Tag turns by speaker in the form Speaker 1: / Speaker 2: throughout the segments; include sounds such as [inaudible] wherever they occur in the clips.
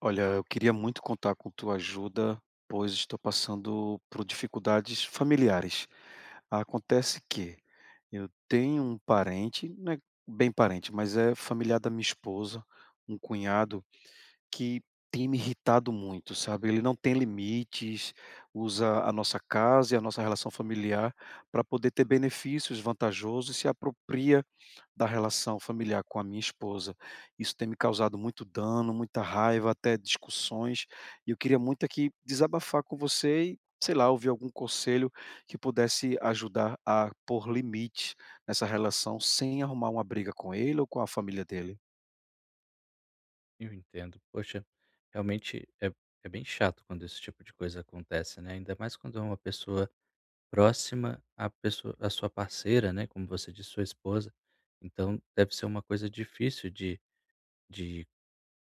Speaker 1: Olha, eu queria muito contar com tua ajuda, pois estou passando por dificuldades familiares. Acontece que eu tenho um parente, não é bem parente, mas é familiar da minha esposa, um cunhado que tem me irritado muito, sabe? Ele não tem limites, usa a nossa casa e a nossa relação familiar para poder ter benefícios vantajosos e se apropria da relação familiar com a minha esposa. Isso tem me causado muito dano, muita raiva, até discussões, e eu queria muito aqui desabafar com você e, sei lá, ouvir algum conselho que pudesse ajudar a pôr limite nessa relação sem arrumar uma briga com ele ou com a família dele.
Speaker 2: Eu entendo. Poxa, realmente é bem chato quando esse tipo de coisa acontece, né? Ainda mais quando é uma pessoa próxima à pessoa, à sua parceira, né? Como você disse, sua esposa. Então, deve ser uma coisa difícil de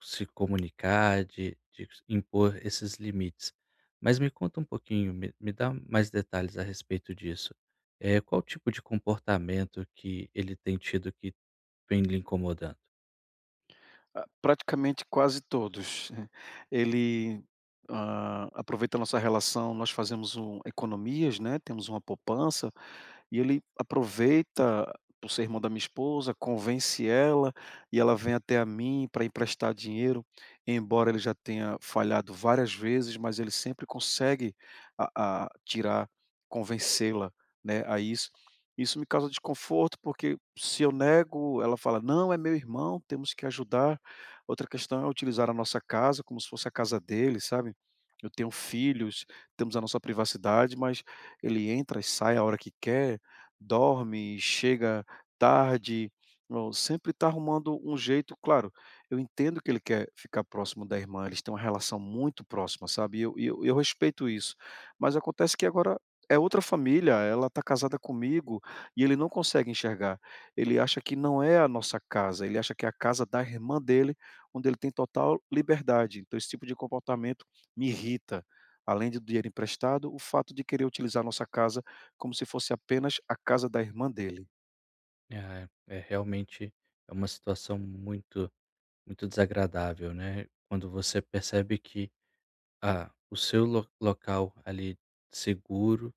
Speaker 2: se comunicar, de impor esses limites. Mas me conta um pouquinho, me dá mais detalhes a respeito disso. É, qual tipo de comportamento que ele tem tido que vem lhe incomodando?
Speaker 1: Ah, praticamente quase todos. [laughs] Ele, Aproveita a nossa relação, nós fazemos um economias, né, temos uma poupança, e ele aproveita, por ser irmão da minha esposa, convence ela, e ela vem até a mim para emprestar dinheiro, embora ele já tenha falhado várias vezes, mas ele sempre consegue a tirar convencê-la, né, a isso. Isso me causa desconforto, porque se eu nego, ela fala: "Não, é meu irmão, temos que ajudar". Outra questão é utilizar a nossa casa como se fosse a casa dele, sabe. Eu tenho filhos, temos a nossa privacidade, mas ele entra e sai a hora que quer, dorme, chega tarde, ou sempre está arrumando um jeito claro, eu entendo que ele quer ficar próximo da irmã, eles têm uma relação muito próxima, sabe, e eu respeito isso, mas acontece que agora é outra família, ela está casada comigo e ele não consegue enxergar. Ele acha que não é a nossa casa, ele acha que é a casa da irmã dele onde ele tem total liberdade. Então, esse tipo de comportamento me irrita. Além do dinheiro emprestado, o fato de querer utilizar nossa casa como se fosse apenas a casa da irmã dele.
Speaker 2: É, é realmente é uma situação muito muito desagradável, né? Quando você percebe que o seu local ali seguro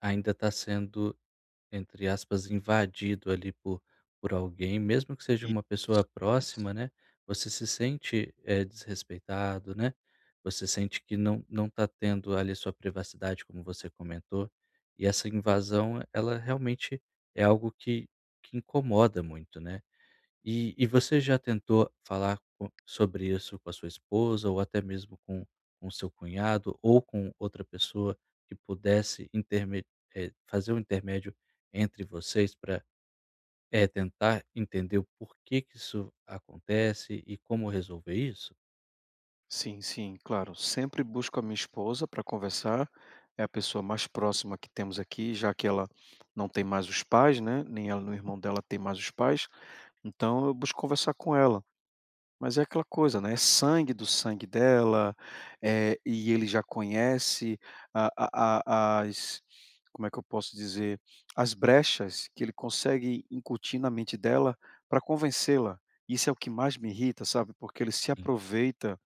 Speaker 2: ainda está sendo, entre aspas, invadido ali por alguém, mesmo que seja uma
Speaker 1: Isso,
Speaker 2: pessoa
Speaker 1: isso.
Speaker 2: próxima, né? Você se sente desrespeitado, né? Você sente que não está tendo ali sua privacidade, como você comentou, e essa invasão, ela realmente é algo que incomoda muito, né? E você já tentou falar co sobre isso com a sua esposa ou até mesmo com seu cunhado ou com outra pessoa que pudesse interme fazer um intermédio entre vocês para tentar entender o porquê que isso acontece e como resolver isso?
Speaker 1: Sim, sim, claro. Sempre busco a minha esposa para conversar. É a pessoa mais próxima que temos aqui, já que ela não tem mais os pais, né? Nem ela, nem o irmão dela tem mais os pais. Então eu busco conversar com ela. Mas é aquela coisa, né, é sangue do sangue dela, e ele já conhece a as como é que eu posso dizer, as brechas que ele consegue incutir na mente dela para convencê-la. Isso é o que mais me irrita, sabe, porque ele se
Speaker 2: Hum,
Speaker 1: aproveita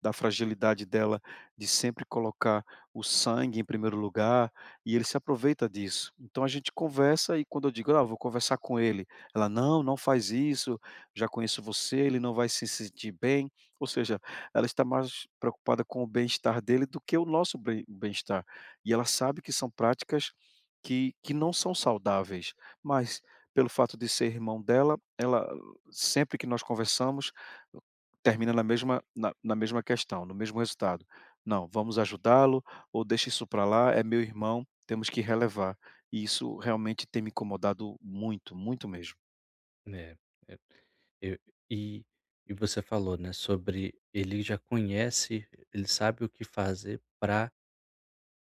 Speaker 1: da fragilidade dela de sempre colocar o sangue em primeiro lugar, e ele se aproveita disso. Então a gente conversa e quando eu digo: "Ah, vou conversar com ele", ela: "Não, não faz isso, já conheço você, ele não vai se sentir bem", ou seja, ela está mais preocupada com o bem-estar dele do que o nosso bem-estar. E ela sabe que são práticas que não são saudáveis, mas pelo fato de ser irmão dela, ela sempre que nós conversamos termina na mesma questão, no mesmo resultado. Não, vamos ajudá-lo ou deixa isso para lá, é meu irmão, temos que relevar. E isso realmente tem me incomodado muito, muito mesmo.
Speaker 2: né, é. Eu e e você falou, né, sobre ele já conhece, ele sabe o que fazer para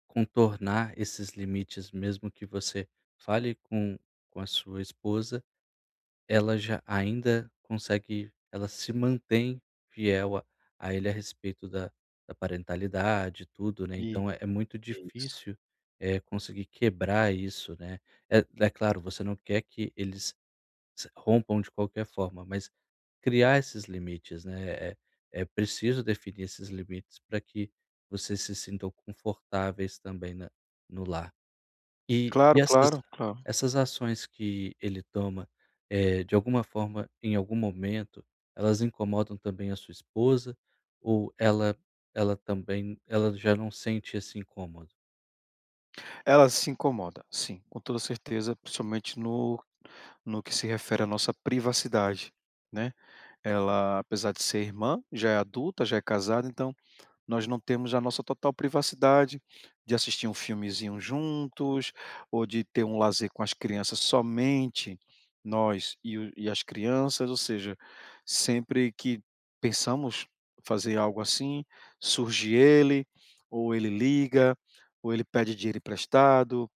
Speaker 2: contornar esses limites, mesmo que você fale com a sua esposa, ela já ainda consegue, ela se mantém fiel a ele a respeito da parentalidade e tudo, né,
Speaker 1: E
Speaker 2: então é muito
Speaker 1: isso.
Speaker 2: difícil é conseguir quebrar isso, né. É claro, você não quer que eles se rompam de qualquer forma, mas criar esses limites, né? É preciso definir esses limites para que vocês se sintam confortáveis também no lar. E,
Speaker 1: Claro,
Speaker 2: e essas,
Speaker 1: claro, claro.
Speaker 2: essas ações que ele toma, de alguma forma, em algum momento, elas incomodam também a sua esposa ou ela, ela também, ela já não sente esse incômodo?
Speaker 1: Ela se incomoda, sim, com toda certeza, principalmente no que se refere à nossa privacidade, né. Ela, apesar de ser irmã, já é adulta, já é casada, então nós não temos a nossa total privacidade de assistir um filmezinho juntos, ou de ter um lazer com as crianças somente nós e as crianças, ou seja, sempre que pensamos fazer algo assim, surge ele, ou ele liga, ou ele pede dinheiro emprestado,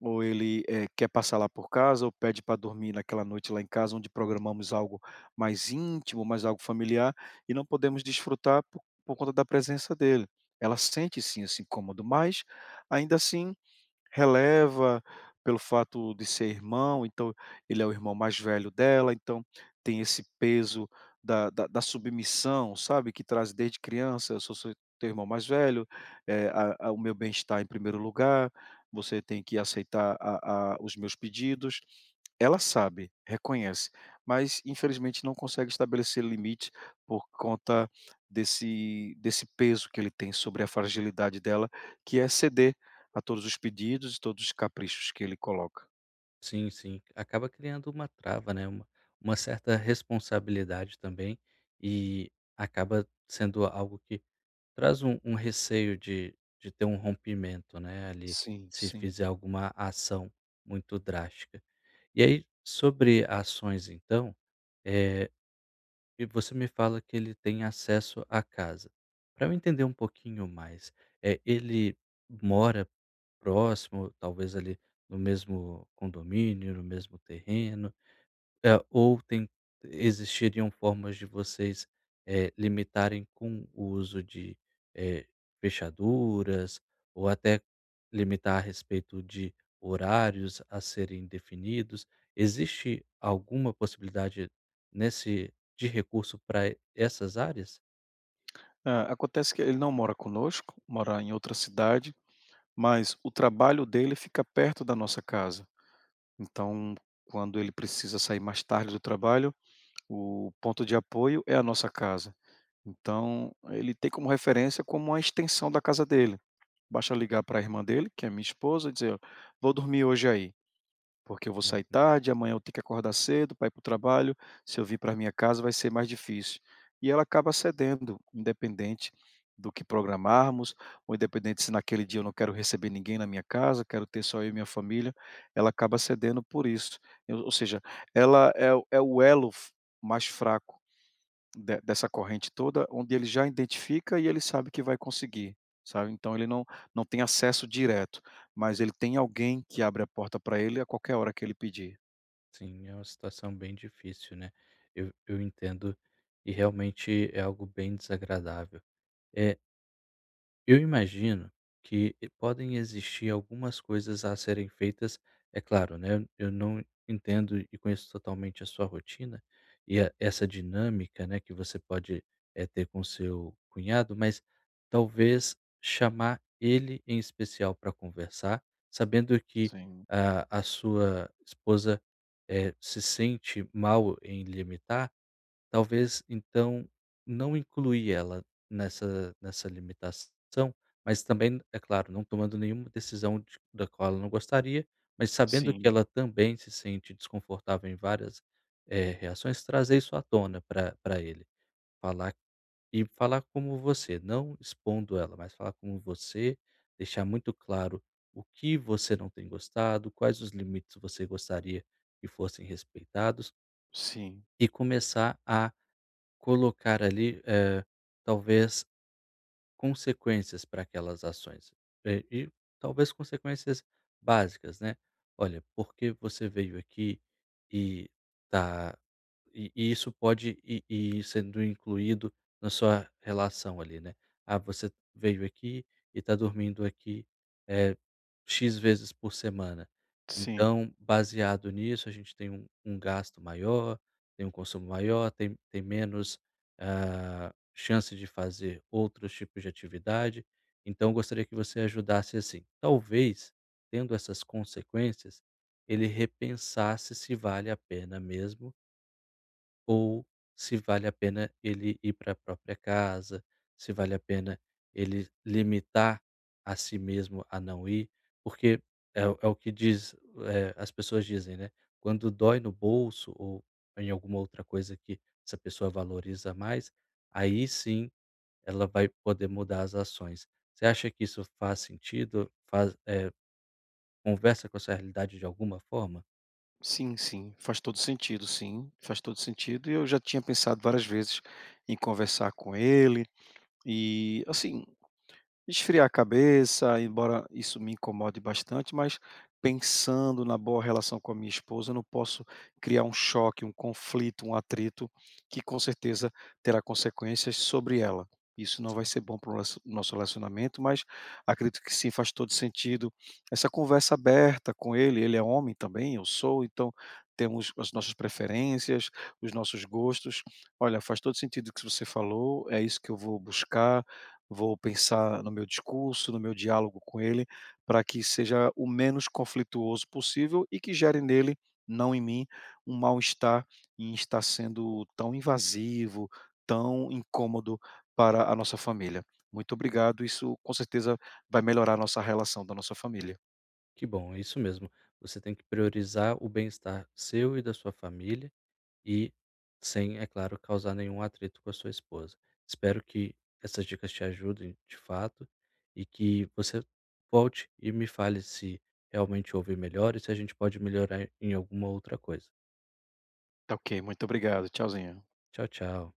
Speaker 1: ou ele quer passar lá por casa ou pede para dormir naquela noite lá em casa, onde programamos algo mais íntimo, mais algo familiar, e não podemos desfrutar por conta da presença dele. Ela sente sim esse incômodo, mas ainda assim releva pelo fato de ser irmão, então ele é o irmão mais velho dela, então tem esse peso da submissão, sabe, que traz desde criança: "Eu sou seu teu irmão mais velho, eh, a o meu bem-estar em primeiro lugar, você tem que aceitar a os meus pedidos". Ela sabe, reconhece, mas infelizmente não consegue estabelecer limite por conta desse peso que ele tem sobre a fragilidade dela, que é ceder a todos os pedidos e todos os caprichos que ele coloca.
Speaker 2: Sim, sim. Acaba criando uma trava, né, uma certa responsabilidade também, e acaba sendo algo que traz um receio de ter um rompimento, né, ali,
Speaker 1: Sim,
Speaker 2: se
Speaker 1: sim.
Speaker 2: fizer alguma ação muito drástica. E aí, sobre ações então, eh, e você me fala que ele tem acesso à casa. Para eu entender um pouquinho mais, ele mora próximo, talvez ali no mesmo condomínio, no mesmo terreno, ou tem, existiriam formas de vocês, limitarem com o uso eh, fechaduras ou até limitar a respeito de horários a serem definidos? Existe alguma possibilidade nesse de recurso para essas áreas?
Speaker 1: Ah, acontece que ele não mora conosco, mora em outra cidade, mas o trabalho dele fica perto da nossa casa. Então, quando ele precisa sair mais tarde do trabalho, o ponto de apoio é a nossa casa. Então, ele tem como referência como a extensão da casa dele. Basta ligar para a irmã dele, que é minha esposa, e dizer: "Ó, vou dormir hoje aí. Porque eu vou sair tarde, amanhã eu tenho que acordar cedo para ir para o trabalho, se eu vir para minha casa vai ser mais difícil". E ela acaba cedendo, independente do que programarmos, ou independente se naquele dia eu não quero receber ninguém na minha casa, quero ter só eu e minha família, ela acaba cedendo por isso. Ou seja, o é o mais fraco de dessa corrente toda, onde ele já identifica e ele sabe que vai conseguir, sabe. Então ele não tem acesso direto, mas ele tem alguém que abre a porta para ele a qualquer hora que ele pedir.
Speaker 2: Sim, é uma situação bem difícil, né. Eu entendo e realmente é algo bem desagradável. Eh eu imagino que podem existir algumas coisas a serem feitas, é claro, né, eu não entendo e conheço totalmente a sua rotina e a essa dinâmica, né, que você pode, ter com seu cunhado, mas talvez chamar ele em especial para conversar, sabendo que
Speaker 1: Sim,
Speaker 2: a sua esposa, se sente mal em limitar. Talvez, então, não incluir ela nessa limitação, mas também, é claro, não tomando nenhuma decisão de da qual ela não gostaria, mas sabendo que
Speaker 1: sim,
Speaker 2: ela também se sente desconfortável em várias, reações, trazer isso à tona para pra ele. Falar, falar como você, não expondo ela, mas falar como você, deixar muito claro o que você não tem gostado, quais os limites você gostaria que fossem respeitados,
Speaker 1: sim,
Speaker 2: e começar a colocar ali, talvez consequências para aquelas ações, e talvez consequências básicas, né. "Olha, porque você veio aqui e tá, e isso pode ir sendo incluído na sua relação ali, né. Ah, você veio aqui e está dormindo aqui, eh, "X" vezes por semana.
Speaker 1: sim,
Speaker 2: Então, baseado nisso, a gente tem um gasto maior, tem um consumo maior, tem menos, ah, chance de fazer outros tipos de atividade. Então, eu gostaria que você ajudasse assim. Talvez, tendo essas consequências, ele repensasse se vale a pena mesmo, ou se vale a pena ele ir para a própria casa, se vale a pena ele limitar a si mesmo a não ir, porque é, é o que diz, é, as pessoas dizem, né? Quando dói no bolso ou em alguma outra coisa que essa pessoa valoriza mais, aí sim ela vai poder mudar as ações. Você acha que isso faz sentido? Faz, é, conversa com a sua realidade de alguma forma?
Speaker 1: sim, sim, faz todo sentido, sim, faz todo sentido e eu já tinha pensado várias vezes em conversar com ele, e assim esfriar a cabeça, embora isso me incomode bastante, mas pensando na boa relação com a minha esposa, eu não posso criar um choque, um conflito, um atrito que com certeza terá consequências sobre ela. Isso não vai ser bom para o nosso relacionamento, mas acredito que sim, faz todo sentido. Essa conversa aberta com ele, ele é homem também, eu sou, então temos as nossas preferências, os nossos gostos. Olha, faz todo sentido o que você falou, é isso que eu vou buscar. Vou pensar no meu discurso, no meu diálogo com ele, para que seja o menos conflituoso possível e que gere nele, não em mim, um mal-estar em estar sendo tão invasivo, tão incômodo para a nossa família. Muito obrigado, isso com certeza vai melhorar a nossa relação da nossa família.
Speaker 2: Que bom, é isso mesmo. Você tem que priorizar o bem-estar seu e da sua família e, sem, é claro, causar nenhum atrito com a sua esposa. Espero que essas dicas te ajudem de fato e que você volte e me fale se realmente houve melhor e se a gente pode melhorar em alguma outra coisa.
Speaker 1: Tá ok, muito obrigado, tchauzinho.
Speaker 2: Tchau, tchau.